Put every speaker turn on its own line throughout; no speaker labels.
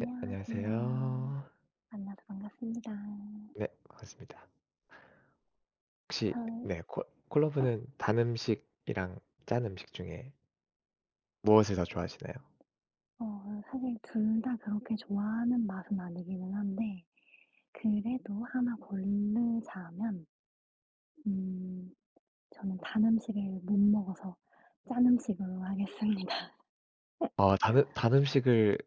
네, 안녕하세요.
만나서 반갑습니다.
네, 반갑습니다. 혹시
저
네, 콜 콜라분는단 음식이랑 짠 음식 중에 무엇을 더 좋아하시나요?
사실 둘 다 그렇게 좋아하는 맛은 아니기는 한데 그래도 하나 고르자면 음 저는 단 음식을 못 먹어서 짠 음식으로 하겠습니다.
아, 단 음식을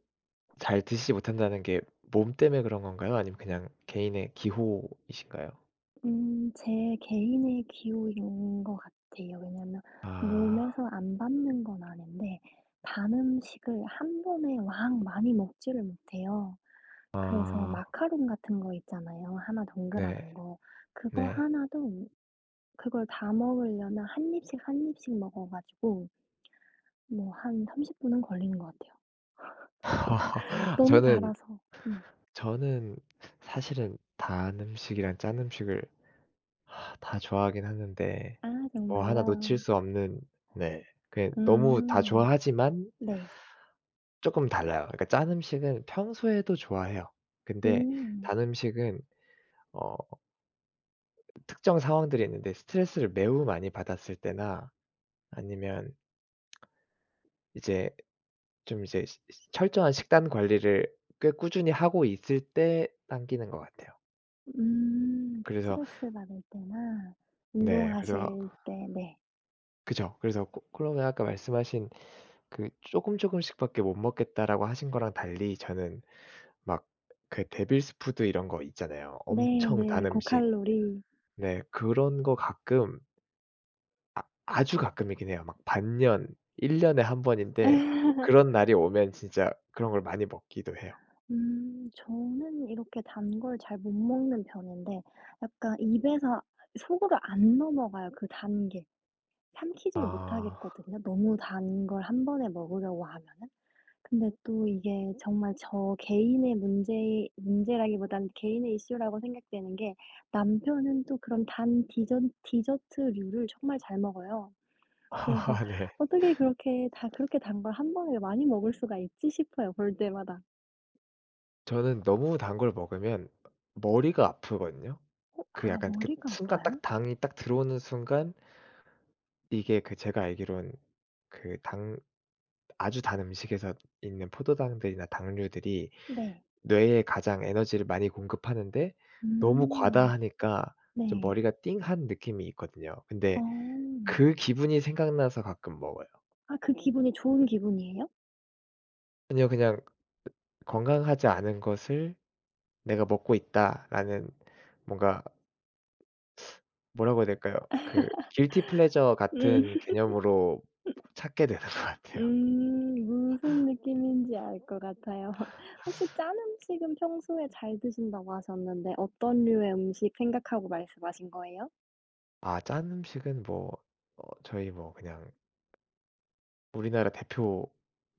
잘 드시지 못한다는 게 몸 때문에 그런 건가요? 아니면 그냥 개인의 기호이신가요?
제 개인의 기호인 것 같아요. 왜냐면
아.
몸에서 안 받는 건 아닌데 단 음식을 한 번에 왕 많이 먹지를 못해요. 그래서
아.
마카롱 같은 거 있잖아요. 하나 동그란
네.
거. 그거 하
네.
나도 그걸 다 먹으려면 한 입씩, 한 입씩 먹어 가지고 뭐 한 30분 분은 걸리는 것 같아요. 너무
저는
달아서. 음.
저는 사실은 단 음식이랑 짠 음식을 다 좋아하긴 하는데
아
뭐 하나 놓칠
정말요?
수 없는. 네. 그냥 너무 다
음.
좋아하지만
네.
쪼끔 달라요. 그러니까 짠 음식은 평소에도 좋아해요. 근데
음.
단 음식은 어 특정 상황들이 있는데 스트레스를 매우 많이 받았을 때나 아니면 이제 좀 시 시 철저한 식단 관리를 꽤 꾸준히 하고 있을 때 당기는 것 같아요.
음.
그래서
스트레스 받을 때나
네, 그래서
운동하실 때 네.
그죠. 그래서 고 그러면 아까 말씀하신 그 "쪼금 쪼금씩 밖에 못 먹겠다."라고 하신 거랑 달리 저는 막 그 데빌스 푸드 이런 거 있잖아요.
네,
엄청
네.
단 음식.
고칼로리.
네, 그런 거 가끔, 아 아주 가끔이긴 해요. 막 반년, 1년 년에 한 번인데 그런 날이 오면 진짜 그런 걸 많이 먹기도 해요.
저는 이렇게 단 걸 잘 못 먹는 편인데 약간 입에서 속으로 안 넘어가요, 그 단 게. 삼키질
아.
못하겠거든요, 너무 단 걸 한 번에 먹으려고 하면은. 근데 또 이게 정말 저 개인의 문제라기보다는 개인의 이슈라고 생각되는 게 남편은 또 그런 단 디전 디저트류를 정말 잘 먹어요. 그래서
네.
'어떻게 그렇게 다 그렇게 단 걸 한 번에 많이 먹을 수가 있지?' 싶어요, 볼 때마다.
저는 너무 단 걸 먹으면 머리가 아프거든요. 그
아,
약간 그
머리가
순간
아파요?
딱 당이 딱 들어오는 순간 이게 그 제가 알기론 그 당 아주 단 음식에서 있는 포도당들이나 당류들이
네.
뇌에 가장 에너지를 많이 공급하는데 너무
음.
과다하니까 좀
네.
머리가 띵한 느낌이 있거든요. 근데
어.
그 기분이 생각나서 가끔 먹어요.
아, 그 기분이 좋은 기분이에요?
아니요, 그냥 건강하지 않은 것을 '내가 먹고 있다.'라는 뭔가, 뭐라고 해야 될까요? 그 guilty pleasure
음.
같은 개념으로 찾게 되는 것 같아요.
무슨 느낌인지 알 것 같아요. 혹시 짠 음식은 평소에 잘 드신다고 하셨는데 어떤 류의 음식 생각하고 말씀하신 거예요?
아 짠 음식은 뭐 어 저희 뭐 그냥 우리나라 대표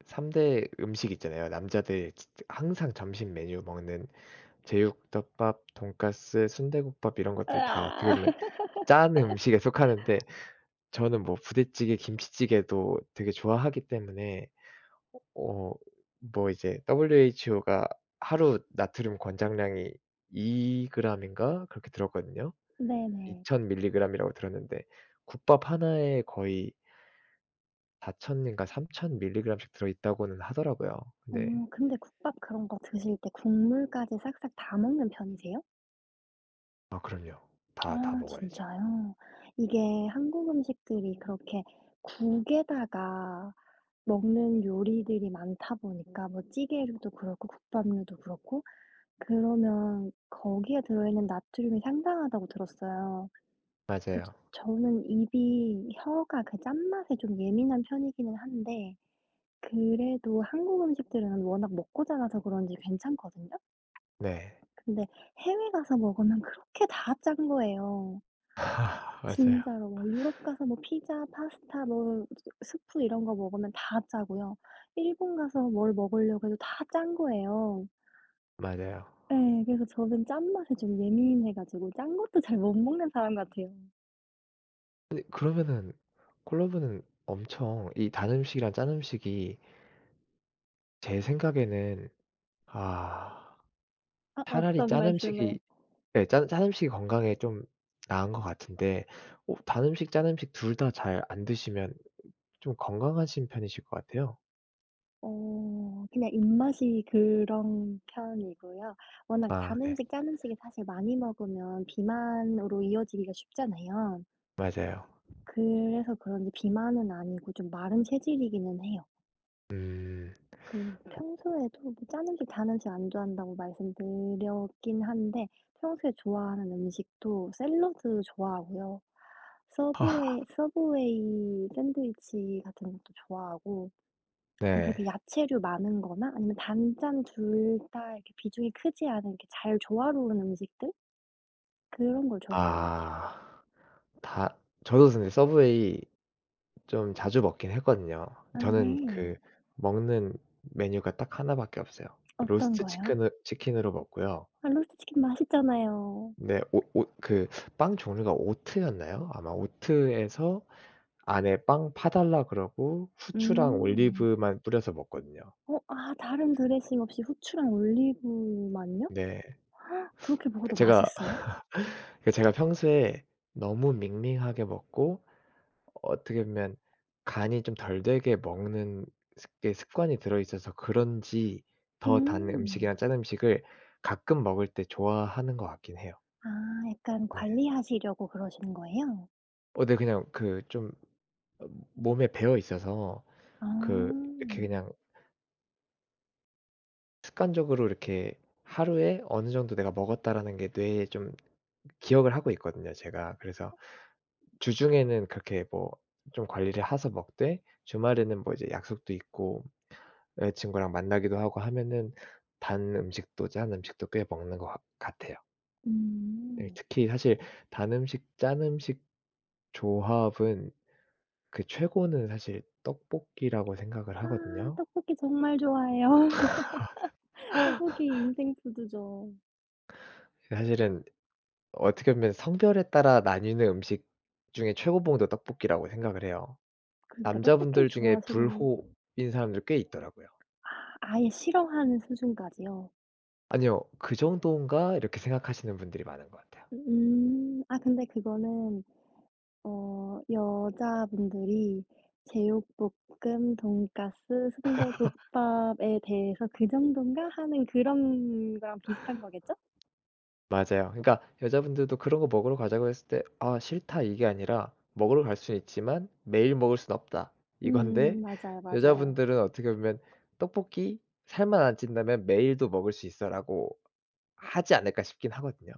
3대 음식 있잖아요. 남자들 진 항상 점심 메뉴 먹는 제육덮밥, 돈까스, 순대국밥 이런 것들이 다 어떻게
으아.
보면 짠 음식에 속하는데 저는 뭐 부대찌개, 김치찌개도 되게 좋아하기 때문에 어 뭐 이제 WHO가 하루 나트륨 권장량이 2그램 그램인가 그렇게 들었거든요.
네네.
2,000 밀리그램이라고 들었는데 국밥 하나에 거의 4,000 인가 3,000 밀리그램씩 들어있다고는 하더라고요. 네.
어 근데 국밥 그런 거 드실 때 국물까지 싹싹 다 먹는 편이세요?
아 그럼요. 다
아
먹어야죠.
진짜요? 이게 한국 음식들이 그렇게 국에다가 먹는 요리들이 많다 보니까 뭐 찌개류도 그렇고 국밥류도 그렇고 그러면 거기에 들어있는 나트륨이 상당하다고 들었어요. 근데
맞아요.
저는 입이 혀가 그 짠맛에 좀 예민한 편이기는 한데 그래도 한국 음식들은 워낙 먹고 자라서 그런지 괜찮거든요.
네.
근데 해외 가서 먹으면 그렇게 다 짠 거예요.
맞아요.
진짜로 막 유럽 가서 뭐 피자, 파스타 뭐 스프 이런 거 먹으면 다 짜고요. 일본 가서 뭘 먹으려고 해도 다 짠 거예요.
맞아요.
예. 그래서 저는 짠맛에 좀 예민해 가지고 짠 것도 잘 못 먹는 사람 같아요.
근데 그러면은 콜라보는 엄청 이 단 음식이랑 짠 음식이 제 생각에는, 아.
아,
차라리
어떤
짠
말씀을?
음식이, 네 짠 음식이 건강에 좀 나은 것 같은데 어 단 음식, 짠 음식 둘 다 잘 안 드시면 좀 건강하신 편이실 것 같아요.
그냥 입맛이 그런 편이고요. 워낙
아
단
네.
음식, 짠 음식을 사실 많이 먹으면 비만으로 이어지기가 쉽잖아요.
맞아요.
그래서 그런지 비만은 아니고 좀 마른 체질이기는 해요.
음.
그 평소에도 뭐 짜는 게 다는 지 안 좋아한다고 말씀드렸긴 한데 평소에 좋아하는 음식도 샐러드 좋아하고요.
아,
서브웨이 샌드위치 같은 것도 좋아하고
네.
그렇게 야채류 많은 거나 아니면 단짠 둘 다 이렇게 비중이 크지 않은 이렇게 잘 조화로운 음식들 그런 걸 좋아하는 것 같아요.
아. 다 저도 근데 서브웨이 좀 자주 먹긴 했거든요.
아,
저는
네.
그 먹는 메뉴가 딱 하나 밖에 없어요.
어떤
로스트
거요?
치킨으로 먹고요.
아, 로스트 치킨 맛있잖아요.
네. 오 오 그 빵 종류가 오트였나요? 아마 오트에서 안에 빵 파 달라 그러고 후추랑
음.
올리브만 뿌려서 먹거든요.
아, 다른 드레싱 없이 후추랑 올리브만요?
네.
그렇게
그
먹어도
제가
맛있어요?
그 제가 평소에 너무 밍밍하게 먹고 어떻게 보면 간이 좀 덜 되게 먹는 습 게 습관이 들어 있어서 그런지 더 단
음.
음식이나 짠 음식을 가끔 먹을 때 좋아하는 것 같긴 해요.
아, 약간
네.
관리하시려고 그러시는 거예요?
어 네 그냥 그 좀 어 몸에 배어 있어서 그
아.
이렇게 그냥 습관적으로 이렇게 하루에 어느 정도 내가 먹었다라는 게 뇌에 좀 기억을 하고 있거든요 제가. 그래서 주중에는 그렇게 뭐 좀 관리를 해서 먹되 주말에는 뭐 이제 약속도 있고 여자친구랑 만나기도 하고 하면은 단 음식도 짠 음식도 꽤 먹는 것 같 같아요. 네,
음.
특히 사실 단 음식, 짠 음식 조합은 그 최고는 사실 떡볶이라고 생각을
아,
하거든요.
떡볶이 정말 좋아해요. 떡볶이 인생 푸드죠.
사실은 어떻게 보면 성별에 따라 나뉘는 음식 중에 최고봉도 떡볶이라고 생각을 해요.
그러니까 떡볶이
남자분들 중에
좋아하시는.
불호인 사람들 꽤 있더라고요.
아, 아예 싫어하는 수준까지요?
아니요. '그 정도인가?' 이렇게 생각하시는 분들이 많은 것 같아요.
음. 아 근데 그거는 여자분들이 제육볶음, 돈가스, 순대국밥에 대해서 '그 정도인가?' 하는 그런 거랑 비슷한 거겠죠?
맞아요. 그러니까 여자분들도 그런 거 먹으러 가자고 했을 때 "아 싫다." 이게 아니라 "먹으러 갈 수는 있지만 매일 먹을 수는 없다." 이건데
음, 맞아요, 맞아요.
여자분들은 어떻게 보면 '떡볶이 살만 안 찐다면 매일도 먹을 수 있어.'라고 하지 않을까 싶긴 하거든요.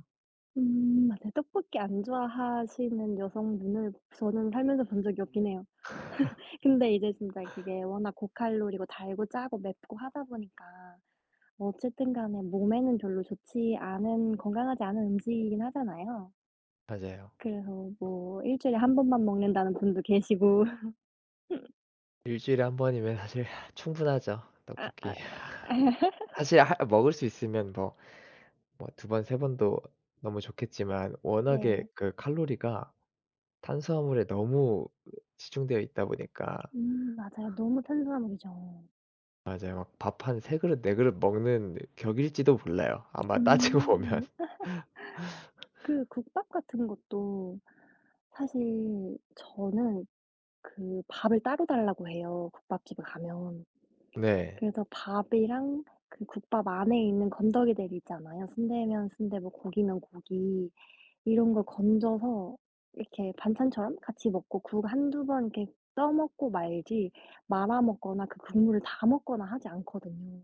음, 맞아요. 떡볶이 안 좋아하시는 여성 눈을 저는 살면서 본 적이 없긴 해요. 근데 이제 진짜 그게 워낙 고칼로리고 달고 짜고 맵고 하다 보니까 어쨌든 간에 몸에는 별로 좋지 않은 건강하지 않은 음식이긴 하잖아요.
맞아요.
그래서 뭐 일 주일에 한 번만 먹는다는 분도 계시고.
일 주일에 한 번이면 사실 충분하죠,
아 아
떡볶이. 사실 하 먹을 수 있으면 뭐 뭐 두 번 세 번도 너무 좋겠지만 워낙에
네.
그 칼로리가 탄수화물에 너무 치중되어 있다 보니까
음, 맞아요. 너무 탄수화물이죠.
맞아요. 막 밥 한 세 그릇 네 그릇 먹는 격일지도 몰라요, 아마 따지고 보면.
음 그 국밥 같은 것도 사실 저는 그 밥을 따로 달라고 해요, 국밥집에 가면.
네.
그래서 밥이랑 그 국밥 안에 있는 건더기들 있잖아요. 순대면 순대 뭐 고기면 고기 이런 걸 건져서 이렇게 반찬처럼 같이 먹고 국 한두 번 이렇게 떠 먹고 말지 말아 먹거나 그 국물을 다 먹거나 하지 않거든요.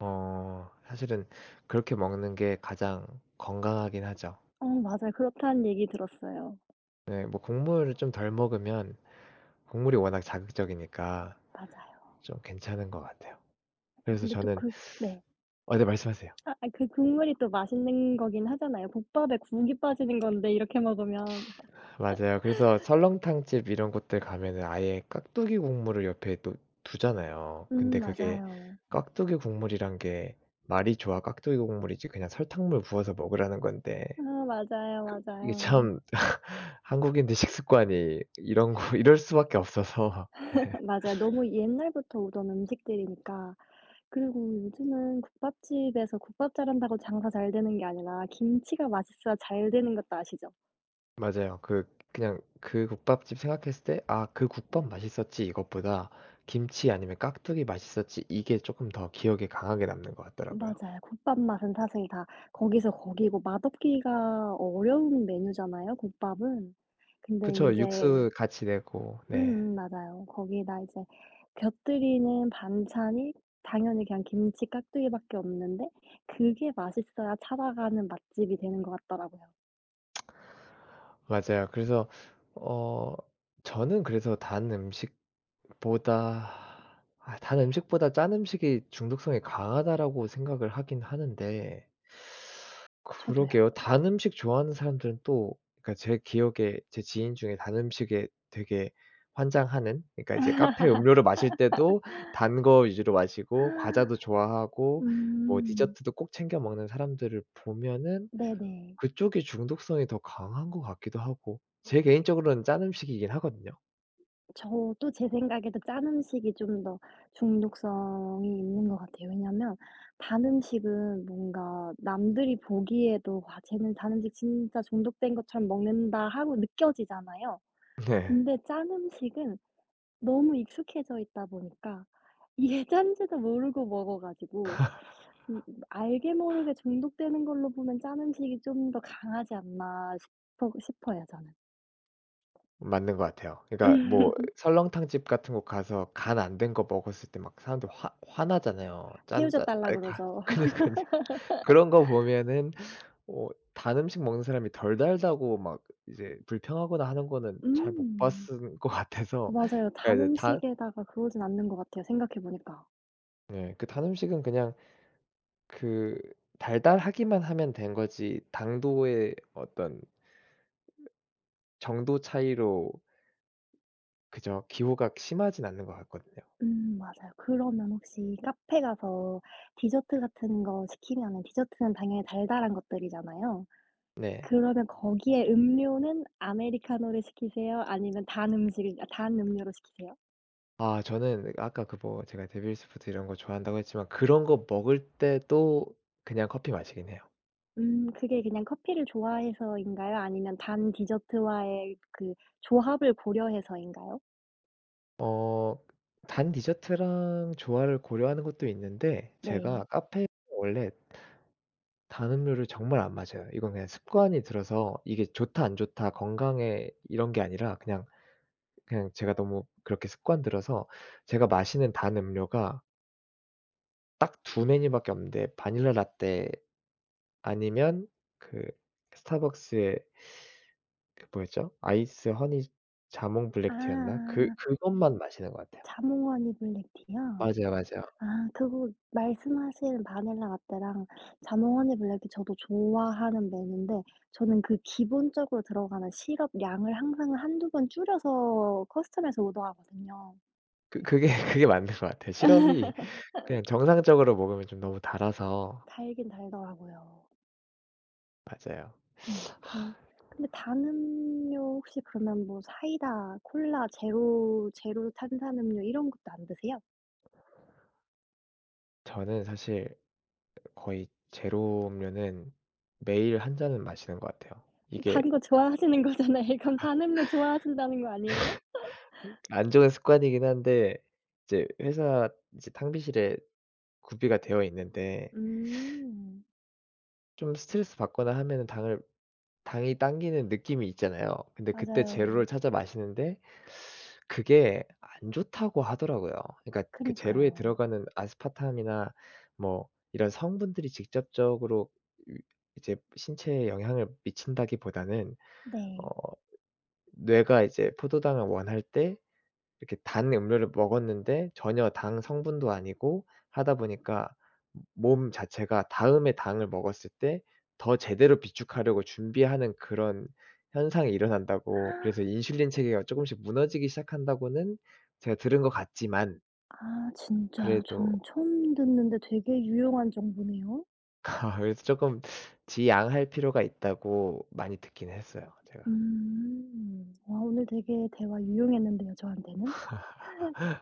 어 사실은 그렇게 먹는 게 가장 건강하긴 하죠.
어, 맞아요. 그렇다는 얘기 들었어요.
네 뭐 국물을 좀 덜 먹으면 국물이 워낙 자극적이니까
맞아요.
좀 괜찮은 것 같아요. 그래서
근데 또
저는,
그. 네.
어 네 말씀하세요.
아, 그 국물이 또 맛있는 거긴 하잖아요. 국밥에 국이 빠지는 건데 이렇게 먹으면.
맞아요. 그래서 설렁탕집 이런 곳들 가면은 아예 깍두기 국물을 옆에 또 두잖아요. 근데
음,
그게
맞아요.
깍두기 국물이란 게 말이 좋아 깍두기 국물이지 그냥 설탕물 부어서 먹으라는 건데
아, 맞아요,
이게
맞아요.
참 한국인들 식습관이 이런 거 이럴 수밖에 없어서 네.
맞아요. 너무 옛날부터 오던 음식들이니까. 그리고 요즘은 국밥집에서 국밥 잘한다고 장사 잘 되는 게 아니라 김치가 맛있어야 잘 되는 것도 아시죠?
맞아요. 그냥 그 국밥집 생각했을 때 '아 그 국밥 맛있었지.' 이것보다 '김치 아니면 깍두기 맛있었지.' 이게 조금 더 기억에 강하게 남는 것 같더라고요.
맞아요. 국밥 맛은 사실 다 거기서 거기고 맛없기가 어려운 메뉴잖아요, 국밥은. 근데 이
그쵸.
제
육수 같이 내고. 네.
음음, 맞아요. 거기다 이제 곁들이는 반찬이 당연히 그냥 김치 깍두기밖에 없는데 그게 맛있어야 찾아가는 맛집이 되는 것 같더라고요.
맞아요. 그래서 어 저는 그래서 단 음식보다 짠 음식이 중독성이 강하다라고 생각을 하긴 하는데
저도요.
그러게요. 단 음식 좋아하는 사람들은 또, 그러니까 제 기억에 제 지인 중에 단 음식에 되게 환장하는, 그러니까 이제 카페 음료를 마실 때도 단 거 위주로 마시고 과자도 좋아하고 뭐
음.
디저트도 꼭 챙겨 먹는 사람들을 보면은
네네.
그쪽이 중독성이 더 강한 것 같기도 하고 제 개인적으로는 짠 음식이긴 하거든요.
저도 제 생각에도 짠 음식이 좀 더 중독성이 있는 것 같아요. 왜냐면 단 음식은 뭔가 남들이 보기에도 '와 쟤는 단 음식 진짜 중독된 것처럼 먹는다.' 하고 느껴지잖아요.
네.
근데 짠 음식은 너무 익숙해져 있다 보니까 이게 짠지도 모르고 먹어 가지고 음 알게 모르게 중독되는 걸로 보면 짠 음식이 좀 더 강하지 않나 싶어요 저는.
맞는 것 같아요. 그러니까 뭐 설렁탕집 같은 곳 가서 간 안 된 거 먹었을 때 막 사람들 화 화나잖아요. 짠
새우젓
짠
달라
아이 가
그러죠.
그니깐요. 그런 거 보면은 어 단 음식 먹는 사람이 덜 달다고 막 이제 불평하거나 하는 거는 잘 못 봤은
음.
것 같아서,
맞아요.
그러니까
단
이제 단
음식에다가 그러진 않는 것 같아요, 생각해 보니까.
네 그 단 음식은 그냥 그 달달하기만 하면 된 거지 당도의 어떤 정도 차이로 그죠. 기호가 심하진 않는 것 같거든요.
음, 맞아요. 그러면 혹시 카페 가서 디저트 같은 거 시키면은 디저트는 당연히 달달한 것들이잖아요.
네.
그러면 거기에 음료는 아메리카노를 시키세요? 아니면 단 음식을 단 음료로 시키세요?
아 저는 아까 그 뭐 제가 데빌스 푸드 이런 거 좋아한다고 했지만 그런 거 먹을 때도 그냥 커피 마시긴 해요.
음, 그게 그냥 커피를 좋아해서인가요? 아니면 단 디저트와의 그 조합을 고려해서인가요?
어 단 디저트랑 조화를 고려하는 것도 있는데
네.
제가 카페에서 원래 단 음료를 정말 안 마셔요. 이건 그냥 습관이 들어서 이게 좋다 안 좋다 건강에 이런 게 아니라 그냥 제가 너무 그렇게 습관 들어서 제가 마시는 단 음료가 딱 두 메뉴밖에 없는데 바닐라 라떼 아니면 그 스타벅스의 그 뭐였죠? 아이스 허니 자몽 블랙티였나? 그
아.
그것만 마시는 것 같아요.
자몽 허니 블랙티요?
맞아요, 맞아요.
아, 그거 말씀하신 바닐라 라떼랑 자몽 허니 블랙이 저도 좋아하는 메뉴인데 저는 그 기본적으로 들어가는 시럽 양을 항상 한두 번 줄여서 커스텀해서 오더하거든요.
그게 그게 맞는 것 같아요. 시럽이 그냥 정상적으로 먹으면 좀 너무 달아서
달긴 달더라고요.
맞아요.
그 근데 단 음료 혹시 그러면 뭐 사이다, 콜라, 제로 탄산음료 이런 것도 안 드세요?
저는 사실 거의 제로 음료는 매일 한 잔은 마시는 것 같아요.
단
이게
거 좋아하시는 거잖아요. 그럼 단 음료 좋아하신다는 거 아니에요?
안 좋은 습관이긴 한데 이제 회사 이제 탕비실에 구비가 되어 있는데
음,
좀 스트레스 받거나 하면은 당을 당이 당기는 느낌이 있잖아요. 근데 그때
맞아요.
제로를 찾아 마시는데 그게 안 좋다고 하더라고요. 그러니까 그 제로에
그니까요.
들어가는 아스파탐이나 뭐 이런 성분들이 직접적으로 이 이제 신체에 영향을 미친다기보다는 어
네.
뇌가 이제 포도당을 원할 때 이렇게 단 음료를 먹었는데 전혀 당 성분도 아니고 하다 보니까 몸 자체가 다음에 당을 먹었을 때 더 제대로 비축하려고 준비하는 그런 현상이 일어난다고, 그래서 인슐린 체계가 쪼금씩 무너지기 시작한다고는 제가 들은 것 같지만
아 진짜요?
그래도
저는 처음 듣는데 되게 유용한 정보네요.
그래서 쪼끔 지양할 필요가 있다고 많이 듣긴 했어요 제가.
음. 와, 오늘 되게 대화 유용했는데요, 저한테는.